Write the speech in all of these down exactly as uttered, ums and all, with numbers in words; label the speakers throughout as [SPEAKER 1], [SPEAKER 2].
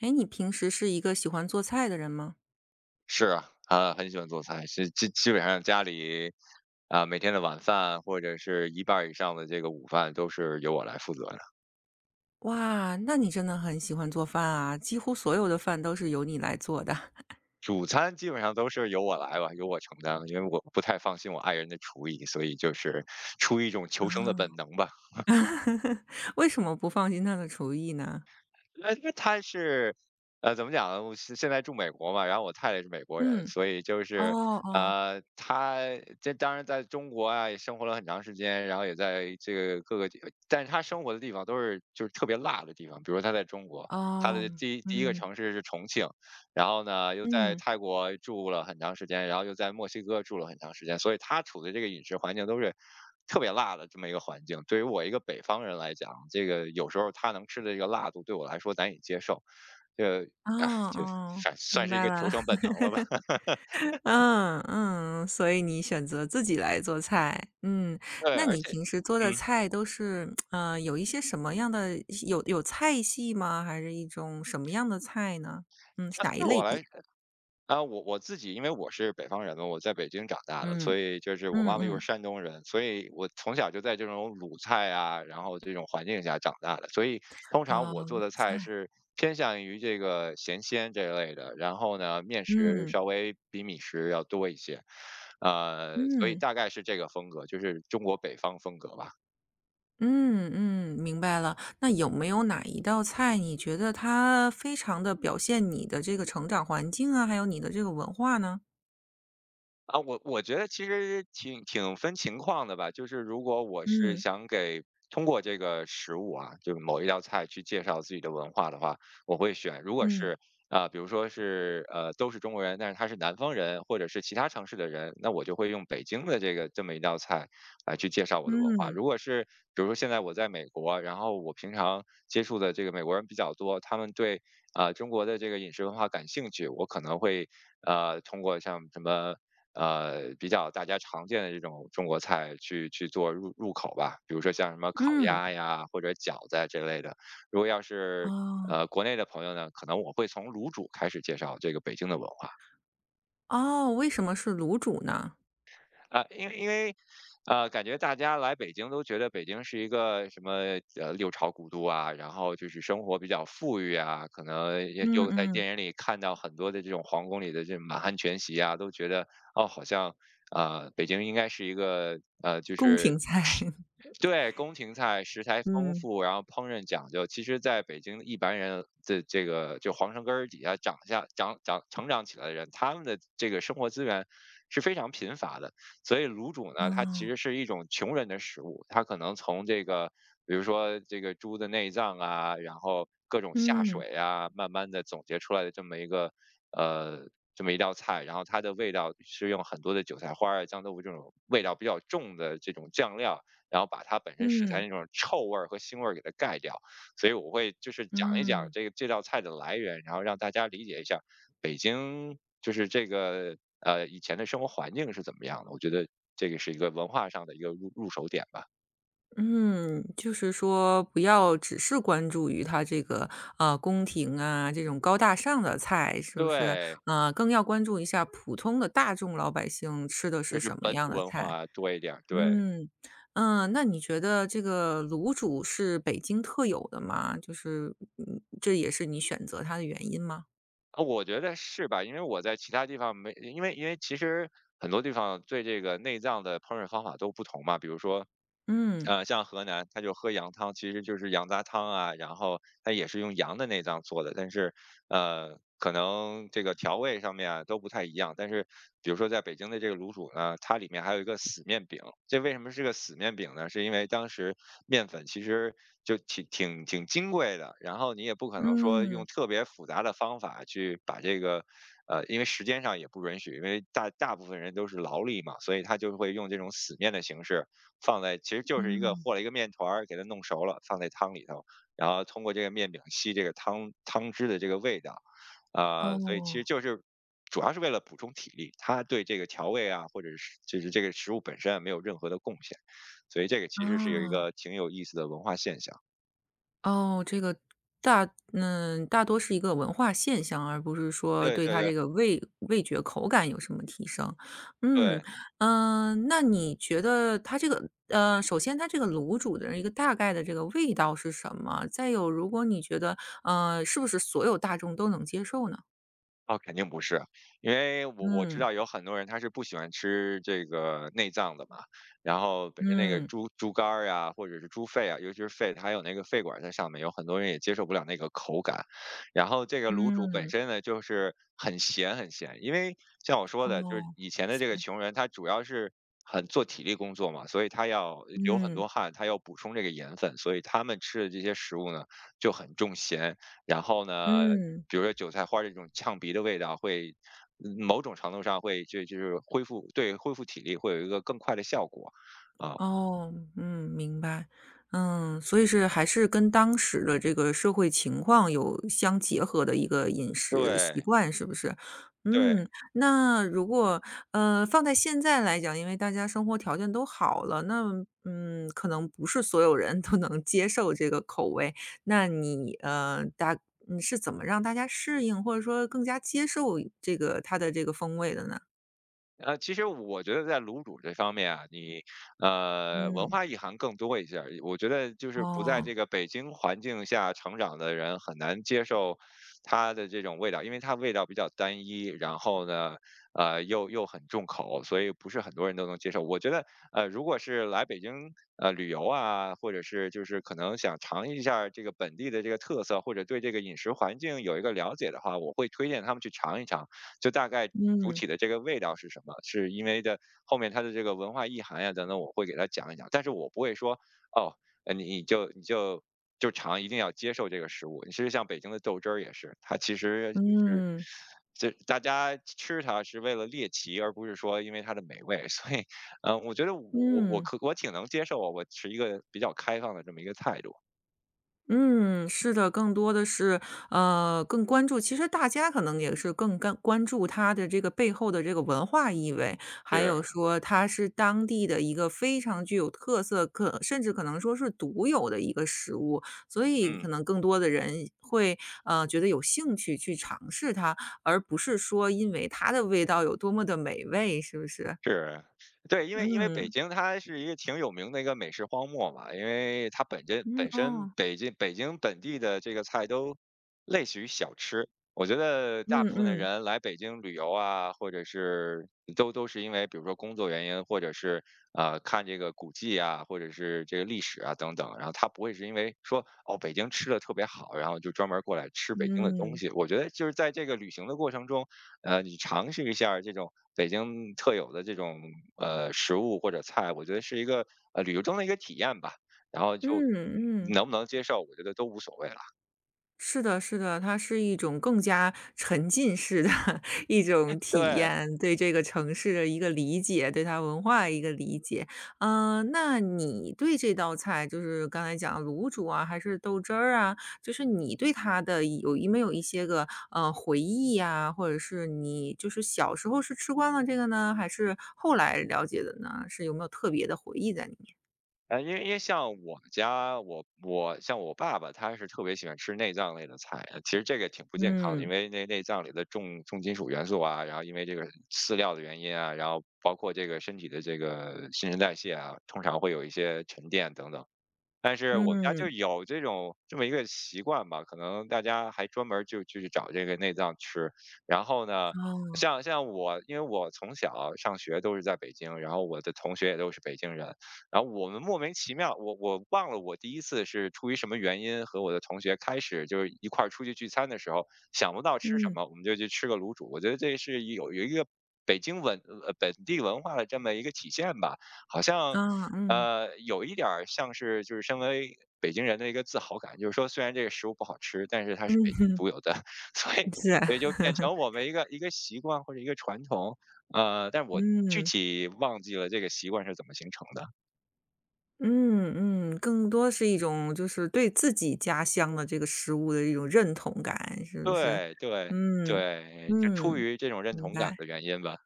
[SPEAKER 1] 哎，你平时是一个喜欢做菜的人吗？
[SPEAKER 2] 是啊，啊，很喜欢做菜，是基基本上家里啊，每天的晚饭或者是一半儿以上的这个午饭都是由我来负责的，
[SPEAKER 1] 哇，那你真的很喜欢做饭啊，几乎所有的饭都是由你来做的。
[SPEAKER 2] 主餐基本上都是由我来吧，由我承担，因为我不太放心我爱人的厨艺，所以就是出于一种求生的
[SPEAKER 1] 啊，
[SPEAKER 2] 本能吧。
[SPEAKER 1] 为什么不放心他的厨艺呢？
[SPEAKER 2] 呃，因为他是，呃，怎么讲呢？我是现在住美国嘛，然后我太太是美国人，
[SPEAKER 1] 嗯，
[SPEAKER 2] 所以就
[SPEAKER 1] 哦
[SPEAKER 2] 是，
[SPEAKER 1] 哦，
[SPEAKER 2] 呃，他这当然在中国啊也生活了很长时间，然后也在这个各个地，但是他生活的地方都是就是特别辣的地方，比如他在中国，他的
[SPEAKER 1] 哦，
[SPEAKER 2] 第一第一个
[SPEAKER 1] 嗯，
[SPEAKER 2] 城市是重庆，然后呢，又在
[SPEAKER 1] 嗯，
[SPEAKER 2] 泰国住了很长时间，然后又在墨西哥住了很长时间，所以他处的这个饮食环境都是特别辣的这么一个环境。对于我一个北方人来讲，这个有时候他能吃的这个辣度对我来说难以接受，这个
[SPEAKER 1] 哦
[SPEAKER 2] 啊，就
[SPEAKER 1] 哦，
[SPEAKER 2] 算算
[SPEAKER 1] 明
[SPEAKER 2] 是一
[SPEAKER 1] 白
[SPEAKER 2] 个求
[SPEAKER 1] 了。
[SPEAKER 2] 生本能了吧。
[SPEAKER 1] 嗯嗯，所以你选择自己来做菜，嗯，
[SPEAKER 2] 对，
[SPEAKER 1] 那
[SPEAKER 2] 而
[SPEAKER 1] 你
[SPEAKER 2] 且
[SPEAKER 1] 平时做的
[SPEAKER 2] 嗯，
[SPEAKER 1] 菜都是，呃，有一些什么样的有有菜系吗？还是一种什么样的菜呢？嗯，是
[SPEAKER 2] 那
[SPEAKER 1] 哪一
[SPEAKER 2] 对我
[SPEAKER 1] 类别？
[SPEAKER 2] 来啊，我我自己因为我是北方人嘛，我在北京长大的，
[SPEAKER 1] 嗯
[SPEAKER 2] 所以就是我
[SPEAKER 1] 嗯
[SPEAKER 2] 妈妈又
[SPEAKER 1] 嗯，
[SPEAKER 2] 是山东人，所以我从小就在这种鲁菜啊，然后这种环境下长大的，所以通常
[SPEAKER 1] 哦，
[SPEAKER 2] 我做的菜
[SPEAKER 1] 菜，
[SPEAKER 2] 是偏向于这个咸鲜这一类的，然后呢，面食
[SPEAKER 1] 嗯
[SPEAKER 2] 稍微比米食要多一些，呃，所以
[SPEAKER 1] 嗯
[SPEAKER 2] 大概是这个风格，就是中国北方风格吧。
[SPEAKER 1] 嗯嗯，明白了。那有没有哪一道菜你觉得它非常的表现你的这个成长环境啊，还有你的这个文化呢？
[SPEAKER 2] 啊，我我觉得其实挺挺分情况的吧，就是如果我是
[SPEAKER 1] 嗯
[SPEAKER 2] 想给通过这个食物啊，就某一道菜去介绍自己的文化的话，我会选。如果
[SPEAKER 1] 嗯
[SPEAKER 2] 是啊、比如说是呃都是中国人，但是他是南方人或者是其他城市的人，那我就会用北京的这个这么一道菜来去介绍我的文化。
[SPEAKER 1] 嗯
[SPEAKER 2] 如果是比如说现在我在美国，然后我平常接触的这个美国人比较多，他们对啊、中国的这个饮食文化感兴趣，我可能会呃通过像什么呃，比较大家常见的这种中国菜去去做入入口吧，比如说像什么烤
[SPEAKER 1] 嗯，
[SPEAKER 2] 鸭呀或者饺子啊这类的。如果要是
[SPEAKER 1] 哦。
[SPEAKER 2] 呃国内的朋友呢，可能我会从卤煮开始介绍这个北京的文化。
[SPEAKER 1] 哦，为什么是卤煮呢？
[SPEAKER 2] 啊，因为因为，呃，感觉大家来北京都觉得北京是一个什么呃六朝古都啊，然后就是生活比较富裕啊，可能也
[SPEAKER 1] 嗯
[SPEAKER 2] 又在
[SPEAKER 1] 嗯，
[SPEAKER 2] 电影里看到很多的这种皇宫里的这种满汉全席啊，都觉得哦，好像啊、呃北京应该是一个呃就
[SPEAKER 1] 宫
[SPEAKER 2] 是
[SPEAKER 1] 廷菜，
[SPEAKER 2] 对，宫廷菜食材丰
[SPEAKER 1] 嗯，
[SPEAKER 2] 富，然后烹饪讲究。其实在北京一般人的这个就皇城根儿底下长下长长成长起来的人，他们的这个生活资源是非常贫乏的。所以卤煮呢，它其
[SPEAKER 1] 哦，
[SPEAKER 2] 实是一种穷人的食物，它可能从这个比如说这个猪的内脏啊，然后各种下
[SPEAKER 1] 嗯，
[SPEAKER 2] 水啊，慢慢的总结出来的这么一个呃。这么一道菜，然后它的味道是用很多的韭菜花儿啊、酱豆腐这种味道比较重的这种酱料，然后把它本身食材
[SPEAKER 1] 嗯，
[SPEAKER 2] 那种臭味儿和腥味儿给它盖掉。所以我会就是讲一讲
[SPEAKER 1] 嗯，
[SPEAKER 2] 这个这道菜的来源，然后让大家理解一下北京就是这个呃以前的生活环境是怎么样的。我觉得这个是一个文化上的一个入入手点吧。
[SPEAKER 1] 嗯，就是说不要只是关注于它这个，呃，宫廷啊，这种高大上的菜，是不是？
[SPEAKER 2] 对，
[SPEAKER 1] 呃，更要关注一下普通的大众老百姓吃的
[SPEAKER 2] 就
[SPEAKER 1] 是
[SPEAKER 2] 是
[SPEAKER 1] 什么
[SPEAKER 2] 本土
[SPEAKER 1] 样的
[SPEAKER 2] 文
[SPEAKER 1] 菜。
[SPEAKER 2] 化多一点儿。对，
[SPEAKER 1] 嗯，嗯，那你觉得这个卤煮是北京特有的吗？就是，嗯，这也是你选择它的原因吗？
[SPEAKER 2] 啊，我觉得是吧？因为我在其他地方没，因为因为其实很多地方对这个内脏的烹饪方法都不同嘛。比如说，
[SPEAKER 1] 嗯。
[SPEAKER 2] 呃，像河南，他就喝羊汤，其实就是羊杂汤啊，然后他也是用羊的内脏做的，但是呃，可能这个调味上面啊都不太一样。但是比如说在北京的这个卤煮呢，它里面还有一个死面饼。这为什么是个死面饼呢？是因为当时面粉其实就挺挺挺金贵的，然后你也不可能说用
[SPEAKER 1] 嗯，
[SPEAKER 2] 特别复杂的方法去把这个。呃，因为时间上也不允许，因为大大部分人都是劳力嘛，所以他就会用这种死面的形式放在，其实就是一个
[SPEAKER 1] 嗯，
[SPEAKER 2] 和了一个面团儿，给它弄熟了，放在汤里头，然后通过这个面饼吸这个汤汤汁的这个味道，啊，所以其实
[SPEAKER 1] 哦，
[SPEAKER 2] 就是主要是为了补充体力，它对这个调味啊，或者是就是这个食物本身啊没有任何的贡献，所以这个其实是有一
[SPEAKER 1] 啊，
[SPEAKER 2] 个挺有意思的文化现象。
[SPEAKER 1] 哦，这个大嗯，大多是一个文化现象，而不是说
[SPEAKER 2] 对
[SPEAKER 1] 对
[SPEAKER 2] 对
[SPEAKER 1] 它这
[SPEAKER 2] 对
[SPEAKER 1] 个味味觉口感有什么提升。嗯，
[SPEAKER 2] 对。
[SPEAKER 1] 嗯，呃那你觉得它这个呃，首先它这个卤煮的一个大概的这个味道是什么？再有如果你觉得，呃，是不是所有大众都能接受呢？
[SPEAKER 2] 哦，肯定不是，因为我我知
[SPEAKER 1] 嗯，
[SPEAKER 2] 道有很多人他是不喜欢吃这个内脏的嘛，然后本身那个
[SPEAKER 1] 嗯，
[SPEAKER 2] 猪猪肝儿呀，或者是猪肺啊，尤其是肺，它有那个肺管在上面，有很多人也接受不了那个口感。然后这个卤煮本
[SPEAKER 1] 嗯，
[SPEAKER 2] 身呢，就是很咸很咸，因为像我说的，就是
[SPEAKER 1] 哦，
[SPEAKER 2] 以前
[SPEAKER 1] 一
[SPEAKER 2] 的这个
[SPEAKER 1] 些
[SPEAKER 2] 穷人，他主要是很做体力工作嘛，所以他要流很
[SPEAKER 1] 嗯，
[SPEAKER 2] 多汗，他要补充这个盐分，所以他们吃的这些食物呢就很重咸，然后呢
[SPEAKER 1] 嗯。
[SPEAKER 2] 比如说韭菜花这种呛鼻的味道会，嗯某种程度上会就就是恢复对恢复体力会有一个更快的效果，啊，
[SPEAKER 1] 哦，嗯，明白。嗯，所以是还是跟当时的这个社会情况有相结合的一个饮食习
[SPEAKER 2] 对
[SPEAKER 1] 惯，是不是？
[SPEAKER 2] 对。
[SPEAKER 1] 嗯，那如果，呃，放在现在来讲，因为大家生活条件都好了，那，嗯，可能不是所有人都能接受这个口味。那你，呃，大你是怎么让大家适应，或者说更加接受这个它的这个风味的呢？
[SPEAKER 2] 呃，其实我觉得在卤煮这方面啊，你呃文
[SPEAKER 1] 嗯。
[SPEAKER 2] 化意涵更多一些儿我觉得就是不在这
[SPEAKER 1] 哦，
[SPEAKER 2] 个北京环境下成长的人很难接受它的这种味道，因为它味道比较单一，然后呢，呃又又很重口，所以不是很多人都能接受。我觉得呃，如果是来北京呃旅游啊，或者是就是可能想尝一下儿这个本地的这个特色，或者对这个饮食环境有一个了解的话，我会推荐他们去尝一尝。就大概主
[SPEAKER 1] 嗯，
[SPEAKER 2] 体的这个味道是什么，是因为的后面它的这个文化意涵呀等等，我会给它讲一讲，但是我不会说哦，呃，你你就你就就尝，一定要接受这个食物。其实像北京的豆汁儿也是，它其实就是
[SPEAKER 1] 嗯，
[SPEAKER 2] 这大家吃它是为了猎奇，而不是说因为它的美味。所以，嗯，我觉得我我我
[SPEAKER 1] 嗯。
[SPEAKER 2] 可我挺能接受，啊，我持一个比较开放的这么一个态度，
[SPEAKER 1] 嗯，是的，更多的是，呃，更关注其实大家可能也是更干关注它的这个背后的这个文化意味，还有
[SPEAKER 2] 是，
[SPEAKER 1] 说它是当地的一个非常具有特色，可甚至可能说是独有的一个食物，所以
[SPEAKER 2] 嗯。
[SPEAKER 1] 可能更多的人会，呃，觉得有兴趣去尝试它，而不是说因为它的味道有多么的美味，是不是？
[SPEAKER 2] 是，对，因为因为北
[SPEAKER 1] 嗯，
[SPEAKER 2] 京它是一个挺有名的一个美食荒漠嘛，因为它本身
[SPEAKER 1] 嗯，
[SPEAKER 2] 本身
[SPEAKER 1] 哦，
[SPEAKER 2] 北京北京本地的这个菜都类似于小吃，我觉得大
[SPEAKER 1] 嗯
[SPEAKER 2] 部分的
[SPEAKER 1] 嗯
[SPEAKER 2] 人来北京旅游啊，或者是都都是因为比如说工作原因，或者是呃看这个古迹啊，或者是这个历史啊等等，然后他不会是因为说哦北京吃的特别好，然后就专门过来吃北京的东
[SPEAKER 1] 嗯，
[SPEAKER 2] 西。我觉得就是在这个旅行的过程中。呃，你尝试一下儿这种北京特有的这种呃食物或者菜，我觉得是一个呃旅游中的一个体验吧。然后就
[SPEAKER 1] 嗯
[SPEAKER 2] 嗯
[SPEAKER 1] 嗯。
[SPEAKER 2] 能不能接受，我觉得都无所谓了。
[SPEAKER 1] 是的是的，它是一种更加沉浸式的 一种体
[SPEAKER 2] 对，
[SPEAKER 1] 验，对这个城市的一个理解，对它文化一个理解。嗯，那你对这道菜，就是刚才讲卤煮啊，还是豆汁儿啊，就是你对它的有有没有一些个，呃，回忆呀，或者是你就是小时候是吃惯了这个呢，还是后来了解的呢？是有没有特别的回忆在里面？
[SPEAKER 2] 呃，因为因为像我们家，我我像我爸爸，他是特别喜欢吃内脏类的菜。呃其实这个挺不健康的，因
[SPEAKER 1] 嗯，
[SPEAKER 2] 为那内脏里的重重金属元素啊，然后因为这个饲料的原因啊，然后包括这个身体的这个新陈代谢啊，通常会有一些沉淀等等。但是我们家就
[SPEAKER 1] 嗯，
[SPEAKER 2] 有这种这么一个习惯吧，可能大家还专门儿就就去找这个内脏吃。然后呢，
[SPEAKER 1] 哦，
[SPEAKER 2] 像像我，因为我从小上学都是在北京，然后我的同学也都是北京人。然后我们莫名其妙，我我忘了我第一次是出于什么原因和我的同学开始就是一块儿出去聚餐的时候，想不到吃什
[SPEAKER 1] 嗯，
[SPEAKER 2] 么，我们就去吃个卤煮。我觉得这是有有一个北京文呃本地文化的这么一个体现吧，好像。
[SPEAKER 1] 啊，嗯，
[SPEAKER 2] 呃，有一点儿像是就是身为北京人的一个自豪感，就是说虽然这个食物不好吃，但是它是北
[SPEAKER 1] 嗯，
[SPEAKER 2] 京独有的，所以 所以就
[SPEAKER 1] 是。
[SPEAKER 2] 变成我们一个一个习惯或者一个传统。呃，但我具
[SPEAKER 1] 嗯，
[SPEAKER 2] 体忘记了这个习惯是怎么形成的。
[SPEAKER 1] 嗯嗯，更多是一种就是对自己家乡的这个食物的一种认同感，是不是？
[SPEAKER 2] 对对
[SPEAKER 1] 嗯，
[SPEAKER 2] 对，就出
[SPEAKER 1] 嗯，
[SPEAKER 2] 于这种认
[SPEAKER 1] 明
[SPEAKER 2] 同感
[SPEAKER 1] 白，
[SPEAKER 2] 的原因吧，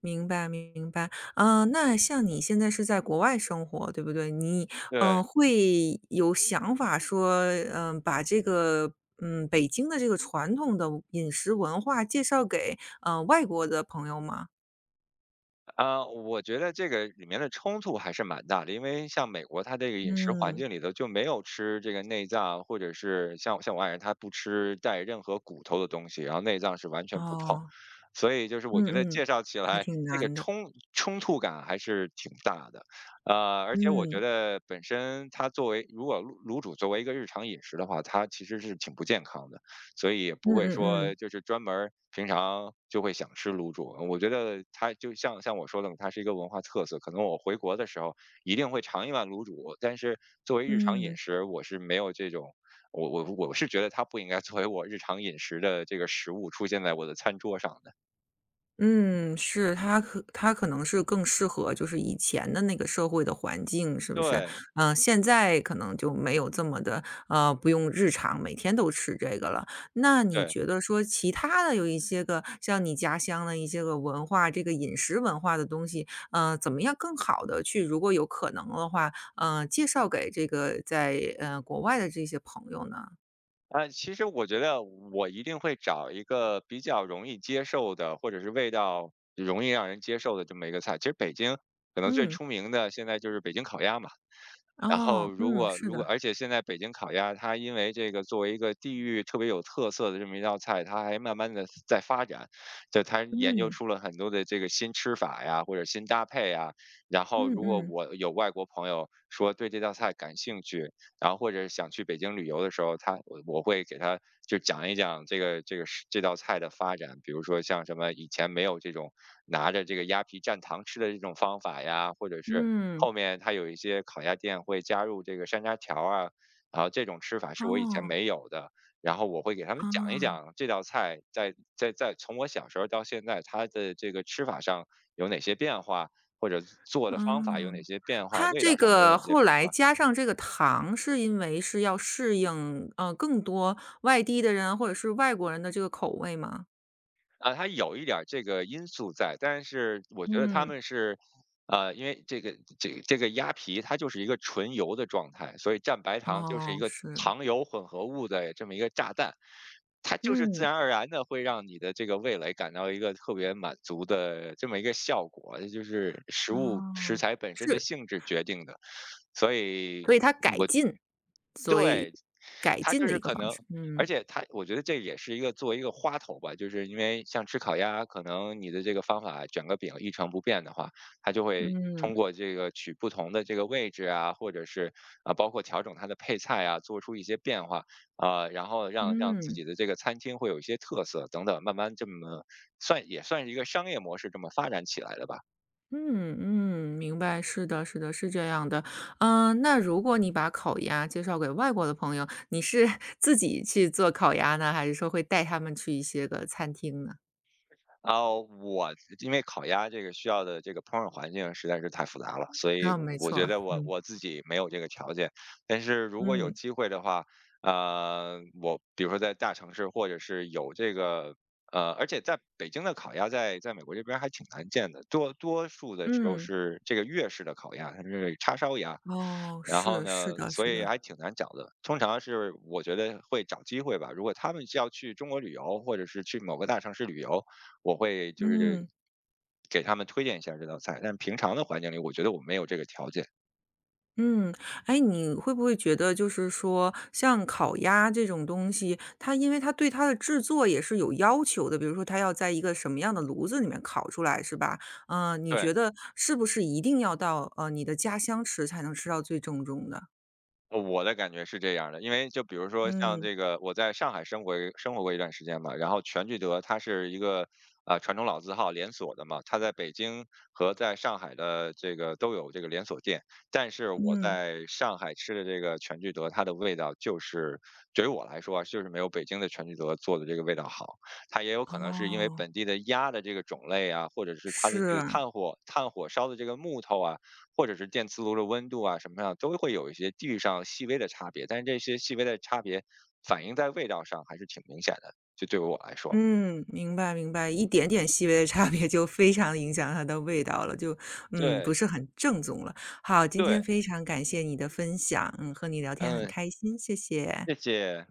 [SPEAKER 1] 明白，明白。嗯，那像你现在是在国外生活，对不对？你，嗯
[SPEAKER 2] 对。
[SPEAKER 1] 呃会有想法说，嗯、把这个，嗯，北京的这个传统的饮食文化介绍给，呃，外国的朋友吗？
[SPEAKER 2] 啊，我觉得这个里面的冲突还是蛮大的，因为像美国，它这个饮食环
[SPEAKER 1] 嗯，
[SPEAKER 2] 境里头就没有吃这个内脏，或者是像像我爱人，他不吃带任何骨头的东西，然后内脏是完全不碰，
[SPEAKER 1] 哦，
[SPEAKER 2] 所以就是我
[SPEAKER 1] 嗯
[SPEAKER 2] 觉得介
[SPEAKER 1] 嗯，
[SPEAKER 2] 绍起
[SPEAKER 1] 还
[SPEAKER 2] 来
[SPEAKER 1] 挺
[SPEAKER 2] 这个
[SPEAKER 1] 难的，
[SPEAKER 2] 冲冲突感还是挺大的。呃，而且我觉
[SPEAKER 1] 嗯。
[SPEAKER 2] 得本身它作为如果卤卤煮作为一个日常饮食的话，它其实是挺不健康的。所以也不
[SPEAKER 1] 嗯
[SPEAKER 2] 会
[SPEAKER 1] 嗯
[SPEAKER 2] 说
[SPEAKER 1] 嗯，
[SPEAKER 2] 就是专门儿平常就会想吃卤煮。我觉得它就像像我说的嘛，它是一个文化特色。可能我回国的时候一定会尝一碗卤煮，但是作为日常饮
[SPEAKER 1] 嗯
[SPEAKER 2] 食，我是没有这种，我我我是觉得它不应该作为我日常饮食的这个食物出现在我的餐桌上的。
[SPEAKER 1] 嗯，是，他可他可能是更适合就是以前的那个社会的环境，是不是？
[SPEAKER 2] 对
[SPEAKER 1] 嗯，现在可能就没有这么的呃，不用日常每天都吃这个了。那你
[SPEAKER 2] 对。
[SPEAKER 1] 觉得说其他的有一些个像你家乡的一些个文化，这个饮食文化的东西，呃，怎么样更好的去如果有可能的话，呃，介绍给这个在，呃，国外的这些朋友呢？
[SPEAKER 2] 啊，其实我觉得我一定会找一个比较容易接受的，或者是味道容易让人接受的这么一个菜。其实北京可能最
[SPEAKER 1] 嗯，
[SPEAKER 2] 出名的现在就是北京烤鸭嘛。然后
[SPEAKER 1] 哦，
[SPEAKER 2] 如
[SPEAKER 1] 嗯，
[SPEAKER 2] 果
[SPEAKER 1] 是
[SPEAKER 2] 如果
[SPEAKER 1] 的，
[SPEAKER 2] 而且现在北京烤鸭，它因为这个作为一个地域特别有特色的这么一道菜，它还慢慢的在发展，就它研究
[SPEAKER 1] 嗯，
[SPEAKER 2] 出了很多的这个新吃法呀，或者新搭配呀。然后
[SPEAKER 1] 嗯
[SPEAKER 2] 如果
[SPEAKER 1] 嗯。
[SPEAKER 2] 我有外国朋友说对这道菜感兴趣，然后或者想去北京旅游的时候，他我我会给他就讲一讲这个这个是这道菜的发展。比如说像什么以前没有这种拿着这个鸭皮蘸糖吃的这种方法呀，或者是
[SPEAKER 1] 嗯，
[SPEAKER 2] 后面它有一些烤鸭店会加入这个山楂条儿啊，然后这种吃法是我以前
[SPEAKER 1] 哦，
[SPEAKER 2] 没有的。然后我会给他们讲一
[SPEAKER 1] 哦，
[SPEAKER 2] 讲这道菜在在在从我小时候到现在，它的这个吃法上有哪些变化，或者做的方法有哪
[SPEAKER 1] 嗯。
[SPEAKER 2] 些变化，
[SPEAKER 1] 它
[SPEAKER 2] 味
[SPEAKER 1] 这
[SPEAKER 2] 道上有
[SPEAKER 1] 个
[SPEAKER 2] 哪些变
[SPEAKER 1] 后来
[SPEAKER 2] 化。
[SPEAKER 1] 加上这个糖，是因为是要适应，呃，更多外地的人或者是外国人的这个口味吗？
[SPEAKER 2] 啊，它有一点儿这个因素在，但是我觉得他
[SPEAKER 1] 嗯，
[SPEAKER 2] 们是，呃，因为这个这个这个鸭皮它就是一个纯油的状态，所以蘸白糖就是一
[SPEAKER 1] 哦，
[SPEAKER 2] 个
[SPEAKER 1] 是，
[SPEAKER 2] 糖油混合物的这么一个炸弹，它就是自
[SPEAKER 1] 嗯，
[SPEAKER 2] 然而然的会让你的这个味蕾感到一个特别满足的这么一个效果，这就是食物食
[SPEAKER 1] 哦，
[SPEAKER 2] 材本身的
[SPEAKER 1] 是，
[SPEAKER 2] 性质决定的。所以
[SPEAKER 1] 所以它改进，所以
[SPEAKER 2] 对，
[SPEAKER 1] 改
[SPEAKER 2] 他
[SPEAKER 1] 进
[SPEAKER 2] 就
[SPEAKER 1] 的
[SPEAKER 2] 是
[SPEAKER 1] 一个
[SPEAKER 2] 可
[SPEAKER 1] 方
[SPEAKER 2] 能，
[SPEAKER 1] 式，
[SPEAKER 2] 而
[SPEAKER 1] 嗯，
[SPEAKER 2] 且他我觉得这也是一个作为一个花头吧，就是因为像吃烤鸭，可能你的这个方法卷个饼一成不变的话，它就会
[SPEAKER 1] 嗯，
[SPEAKER 2] 通过这个取不同的这个位置啊，或者是啊，包括调整它的配菜啊，做出一些变化啊，然后让让自
[SPEAKER 1] 嗯。
[SPEAKER 2] 己的这个餐厅会有一些特色等等，慢慢这么算也算是一个商业模式这么发展起来的吧。
[SPEAKER 1] 嗯嗯，明白，是的，是的，是这样的。嗯，那如果你把烤鸭介绍给外国的朋友，你是 自己去做烤鸭呢，还是说会带他们去一些个餐厅呢？
[SPEAKER 2] 哦，我因为烤鸭这个需要的这个烹饪环境实在是太复杂了，所以
[SPEAKER 1] 啊，
[SPEAKER 2] 我
[SPEAKER 1] 没
[SPEAKER 2] 我
[SPEAKER 1] 错，
[SPEAKER 2] 觉得我
[SPEAKER 1] 嗯
[SPEAKER 2] 我自己没有这个条件。但是如果有
[SPEAKER 1] 嗯
[SPEAKER 2] 机会的话，呃，我比如说在大城市，或者是有这个，呃，而且在北京的烤鸭在在美国这边还挺难见的，多多数的时候
[SPEAKER 1] 嗯，
[SPEAKER 2] 是这个粤式的烤鸭，它是叉烧鸭。
[SPEAKER 1] 哦，
[SPEAKER 2] 然后
[SPEAKER 1] 是是
[SPEAKER 2] 呢，
[SPEAKER 1] 的，
[SPEAKER 2] 所
[SPEAKER 1] 是
[SPEAKER 2] 以
[SPEAKER 1] 的，
[SPEAKER 2] 还挺难找的。通常是我觉得会找机会吧。如果他们是要去中国旅游，或者是去某个大城市旅游，我会就是
[SPEAKER 1] 嗯。
[SPEAKER 2] 给他们推荐一下这道菜。但平常的环境里，我觉得我没有这个条件。
[SPEAKER 1] 嗯，哎，你会不会觉得就是说，像烤鸭这种东西，它因为它对它的制作也是有要求的，比如说它要在一个什么样的炉子里面烤出来，是吧？嗯，你
[SPEAKER 2] 对，
[SPEAKER 1] 觉得是不是一定要到呃你的家乡吃才能吃到最正宗的？
[SPEAKER 2] 呃我的感觉是这样儿的，因为就比如说像
[SPEAKER 1] 嗯
[SPEAKER 2] 这个，我在上海生活生活过一段时间嘛，然后全聚德它是一个呃传统老字号连锁的嘛，它在北京和在上海的这个都有这个连锁店，但是我
[SPEAKER 1] 嗯，
[SPEAKER 2] 在上海吃的这个全聚德，它的味道就是对于我来说啊，就是没有北京的全聚德做的这个味道好。它也有可能是因为
[SPEAKER 1] 哦，
[SPEAKER 2] 本地的鸭的这个种类啊，或者是它的这个
[SPEAKER 1] 是。
[SPEAKER 2] 炭火炭火烧的这个木头啊，或者是电磁炉的温度啊什么上，都会有一些地域上细微的差别。但是这些细微的差别反映在味道上还是挺明显的，就对于我来说。
[SPEAKER 1] 嗯，明白明白，一点点细微的差别就非常影响它的味道了，就嗯，不
[SPEAKER 2] 对，
[SPEAKER 1] 是很正宗了。好，今
[SPEAKER 2] 对，
[SPEAKER 1] 天非常感谢你的分享，嗯，和你聊天很
[SPEAKER 2] 嗯，
[SPEAKER 1] 开心，谢谢。
[SPEAKER 2] 谢谢。